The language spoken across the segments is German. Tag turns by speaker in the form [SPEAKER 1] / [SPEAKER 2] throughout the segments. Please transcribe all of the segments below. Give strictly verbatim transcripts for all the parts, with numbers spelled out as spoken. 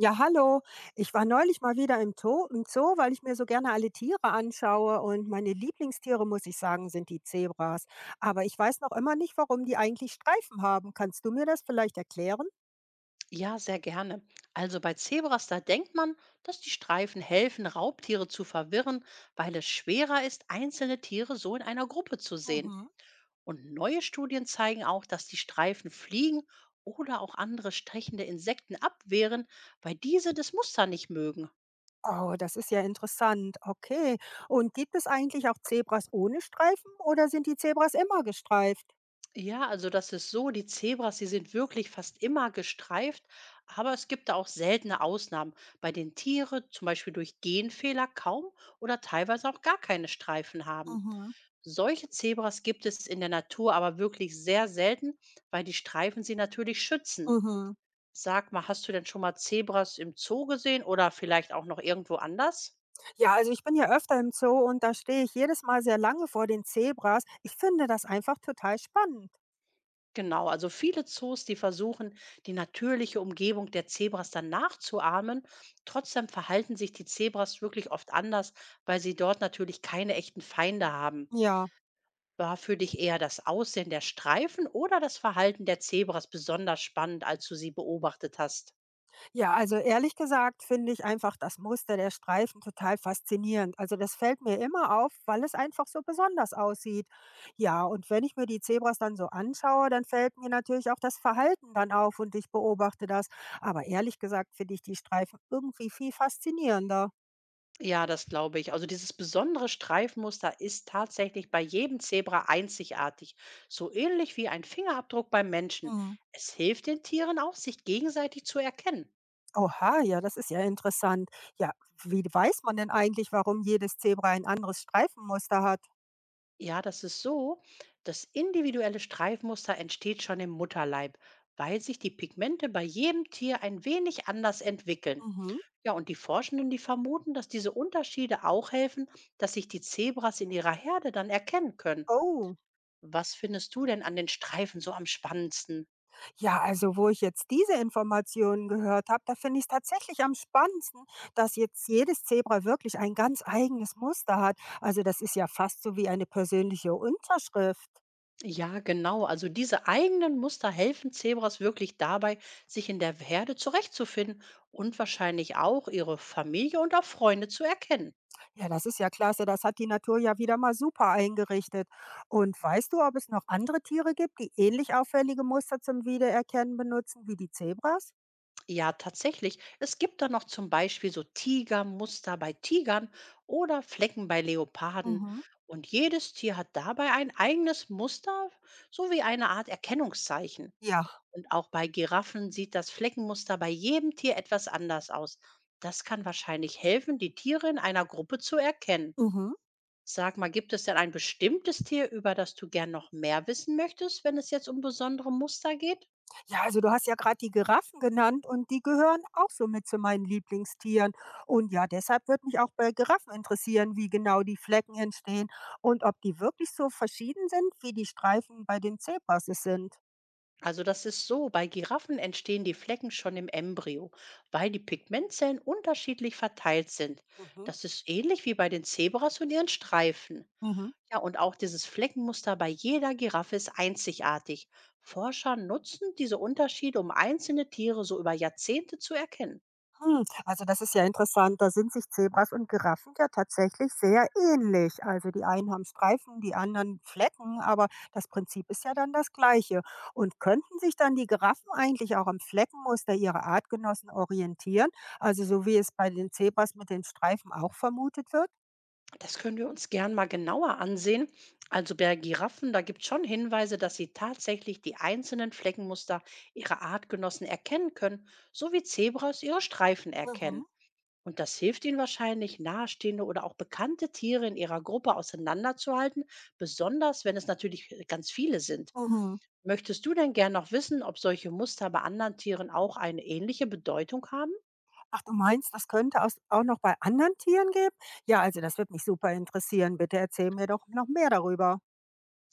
[SPEAKER 1] Ja, hallo. Ich war neulich mal wieder im Zoo, im Zoo, weil ich mir so gerne alle Tiere anschaue. Und meine Lieblingstiere, muss ich sagen, sind die Zebras. Aber ich weiß noch immer nicht, warum die eigentlich Streifen haben. Kannst du mir das vielleicht erklären?
[SPEAKER 2] Ja, sehr gerne. Also bei Zebras, da denkt man, dass die Streifen helfen, Raubtiere zu verwirren, weil es schwerer ist, einzelne Tiere so in einer Gruppe zu sehen.
[SPEAKER 1] Mhm.
[SPEAKER 2] Und neue Studien zeigen auch, dass die Streifen Fliegen oder auch andere stechende Insekten abwehren, weil diese das Muster nicht mögen.
[SPEAKER 1] Oh, das ist ja interessant. Okay. Und gibt es eigentlich auch Zebras ohne Streifen oder sind die Zebras immer gestreift?
[SPEAKER 2] Ja, also das ist so, die Zebras, die sind wirklich fast immer gestreift, aber es gibt da auch seltene Ausnahmen, bei denen Tiere zum Beispiel durch Genfehler kaum oder teilweise auch gar keine Streifen haben.
[SPEAKER 1] Mhm.
[SPEAKER 2] Solche Zebras gibt es in der Natur aber wirklich sehr selten, weil die Streifen sie natürlich schützen.
[SPEAKER 1] Mhm.
[SPEAKER 2] Sag mal, hast du denn schon mal Zebras im Zoo gesehen oder vielleicht auch noch irgendwo anders?
[SPEAKER 1] Ja, also ich bin ja öfter im Zoo und da stehe ich jedes Mal sehr lange vor den Zebras. Ich finde das einfach total spannend.
[SPEAKER 2] Genau, also viele Zoos, die versuchen, die natürliche Umgebung der Zebras dann nachzuahmen. Trotzdem verhalten sich die Zebras wirklich oft anders, weil sie dort natürlich keine echten Feinde haben.
[SPEAKER 1] Ja.
[SPEAKER 2] War für dich eher das Aussehen der Streifen oder das Verhalten der Zebras besonders spannend, als du sie beobachtet hast?
[SPEAKER 1] Ja, also ehrlich gesagt finde ich einfach das Muster der Streifen total faszinierend. Also das fällt mir immer auf, weil es einfach so besonders aussieht. Ja, und wenn ich mir die Zebras dann so anschaue, dann fällt mir natürlich auch das Verhalten dann auf und ich beobachte das. Aber ehrlich gesagt finde ich die Streifen irgendwie viel faszinierender.
[SPEAKER 2] Ja, das glaube ich. Also dieses besondere Streifenmuster ist tatsächlich bei jedem Zebra einzigartig, so ähnlich wie ein Fingerabdruck beim Menschen.
[SPEAKER 1] Hm.
[SPEAKER 2] Es hilft den Tieren auch, sich gegenseitig zu erkennen.
[SPEAKER 1] Oha, ja, das ist ja interessant. Ja, wie weiß man denn eigentlich, warum jedes Zebra ein anderes Streifenmuster hat?
[SPEAKER 2] Ja, das ist so. Das individuelle Streifmuster entsteht schon im Mutterleib, weil sich die Pigmente bei jedem Tier ein wenig anders entwickeln.
[SPEAKER 1] Mhm.
[SPEAKER 2] Ja, und die Forschenden, die vermuten, dass diese Unterschiede auch helfen, dass sich die Zebras in ihrer Herde dann erkennen können.
[SPEAKER 1] Oh.
[SPEAKER 2] Was findest du denn an den Streifen so am spannendsten?
[SPEAKER 1] Ja, also wo ich jetzt diese Informationen gehört habe, da finde ich es tatsächlich am spannendsten, dass jetzt jedes Zebra wirklich ein ganz eigenes Muster hat. Also das ist ja fast so wie eine persönliche Unterschrift.
[SPEAKER 2] Ja, genau. Also diese eigenen Muster helfen Zebras wirklich dabei, sich in der Herde zurechtzufinden und wahrscheinlich auch ihre Familie und auch Freunde zu erkennen.
[SPEAKER 1] Ja, das ist ja klasse, das hat die Natur ja wieder mal super eingerichtet. Und weißt du, ob es noch andere Tiere gibt, die ähnlich auffällige Muster zum Wiedererkennen benutzen wie die Zebras?
[SPEAKER 2] Ja, tatsächlich. Es gibt da noch zum Beispiel so Tigermuster bei Tigern oder Flecken bei Leoparden.
[SPEAKER 1] Mhm.
[SPEAKER 2] Und jedes Tier hat dabei ein eigenes Muster sowie eine Art Erkennungszeichen.
[SPEAKER 1] Ja.
[SPEAKER 2] Und auch bei Giraffen sieht das Fleckenmuster bei jedem Tier etwas anders aus. Das kann wahrscheinlich helfen, die Tiere in einer Gruppe zu erkennen.
[SPEAKER 1] Mhm.
[SPEAKER 2] Sag mal, gibt es denn ein bestimmtes Tier, über das du gern noch mehr wissen möchtest, wenn es jetzt um besondere Muster geht?
[SPEAKER 1] Ja, also du hast ja gerade die Giraffen genannt und die gehören auch so mit zu meinen Lieblingstieren. Und ja, deshalb würde mich auch bei Giraffen interessieren, wie genau die Flecken entstehen und ob die wirklich so verschieden sind, wie die Streifen bei den Zebras es sind.
[SPEAKER 2] Also das ist so, bei Giraffen entstehen die Flecken schon im Embryo, weil die Pigmentzellen unterschiedlich verteilt sind.
[SPEAKER 1] Mhm.
[SPEAKER 2] Das ist ähnlich wie bei den Zebras und ihren Streifen.
[SPEAKER 1] Mhm.
[SPEAKER 2] Ja, und auch dieses Fleckenmuster bei jeder Giraffe ist einzigartig. Forscher nutzen diese Unterschiede, um einzelne Tiere so über Jahrzehnte zu erkennen.
[SPEAKER 1] Hm, also das ist ja interessant. Da sind sich Zebras und Giraffen ja tatsächlich sehr ähnlich. Also die einen haben Streifen, die anderen Flecken, aber das Prinzip ist ja dann das gleiche. Und könnten sich dann die Giraffen eigentlich auch am Fleckenmuster ihrer Artgenossen orientieren? Also so wie es bei den Zebras mit den Streifen auch vermutet wird?
[SPEAKER 2] Das können wir uns gern mal genauer ansehen. Also bei Giraffen, da gibt es schon Hinweise, dass sie tatsächlich die einzelnen Fleckenmuster ihrer Artgenossen erkennen können, so wie Zebras ihre Streifen
[SPEAKER 1] Mhm.
[SPEAKER 2] erkennen. Und das hilft ihnen wahrscheinlich, nahestehende oder auch bekannte Tiere in ihrer Gruppe auseinanderzuhalten, besonders wenn es natürlich äh, ganz viele sind.
[SPEAKER 1] Mhm.
[SPEAKER 2] Möchtest du denn gern noch wissen, ob solche Muster bei anderen Tieren auch eine ähnliche Bedeutung haben?
[SPEAKER 1] Ach, du meinst, das könnte aus- auch noch bei anderen Tieren geben? Ja, also das würde mich super interessieren. Bitte erzähl mir doch noch mehr darüber.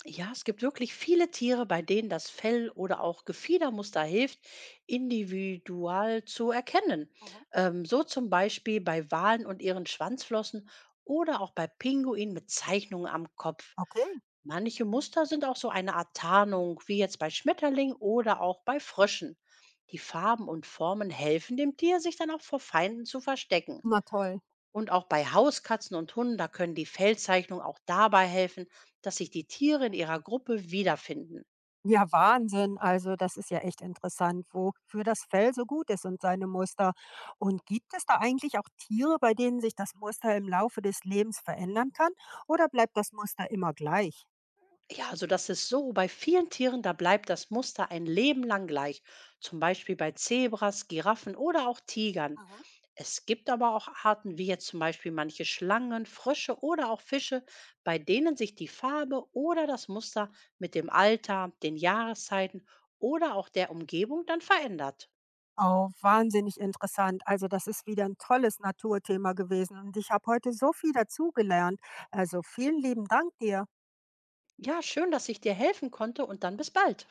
[SPEAKER 2] Ja, es gibt wirklich viele Tiere, bei denen das Fell oder auch Gefiedermuster hilft, individual zu erkennen.
[SPEAKER 1] Mhm.
[SPEAKER 2] Ähm, so zum Beispiel bei Walen und ihren Schwanzflossen oder auch bei Pinguinen mit Zeichnungen am Kopf.
[SPEAKER 1] Okay,
[SPEAKER 2] Manche Muster sind auch so eine Art Tarnung, wie jetzt bei Schmetterlingen oder auch bei Fröschen. Die Farben und Formen helfen dem Tier, sich dann auch vor Feinden zu verstecken.
[SPEAKER 1] na toll.
[SPEAKER 2] Und auch bei Hauskatzen und Hunden, da können die Fellzeichnungen auch dabei helfen, dass sich die Tiere in ihrer Gruppe wiederfinden.
[SPEAKER 1] Ja, Wahnsinn. Also das ist ja echt interessant, wofür das Fell so gut ist und seine Muster. Und gibt es da eigentlich auch Tiere, bei denen sich das Muster im Laufe des Lebens verändern kann? Oder bleibt das Muster immer gleich?
[SPEAKER 2] Ja, also das ist so. Bei vielen Tieren, da bleibt das Muster ein Leben lang gleich. Zum Beispiel bei Zebras, Giraffen oder auch Tigern.
[SPEAKER 1] Mhm.
[SPEAKER 2] Es gibt aber auch Arten, wie jetzt zum Beispiel manche Schlangen, Frösche oder auch Fische, bei denen sich die Farbe oder das Muster mit dem Alter, den Jahreszeiten oder auch der Umgebung dann verändert.
[SPEAKER 1] Oh, wahnsinnig interessant. Also das ist wieder ein tolles Naturthema gewesen. Und ich habe heute so viel dazugelernt. Also vielen lieben Dank dir.
[SPEAKER 2] Ja, schön, dass ich dir helfen konnte und dann bis bald.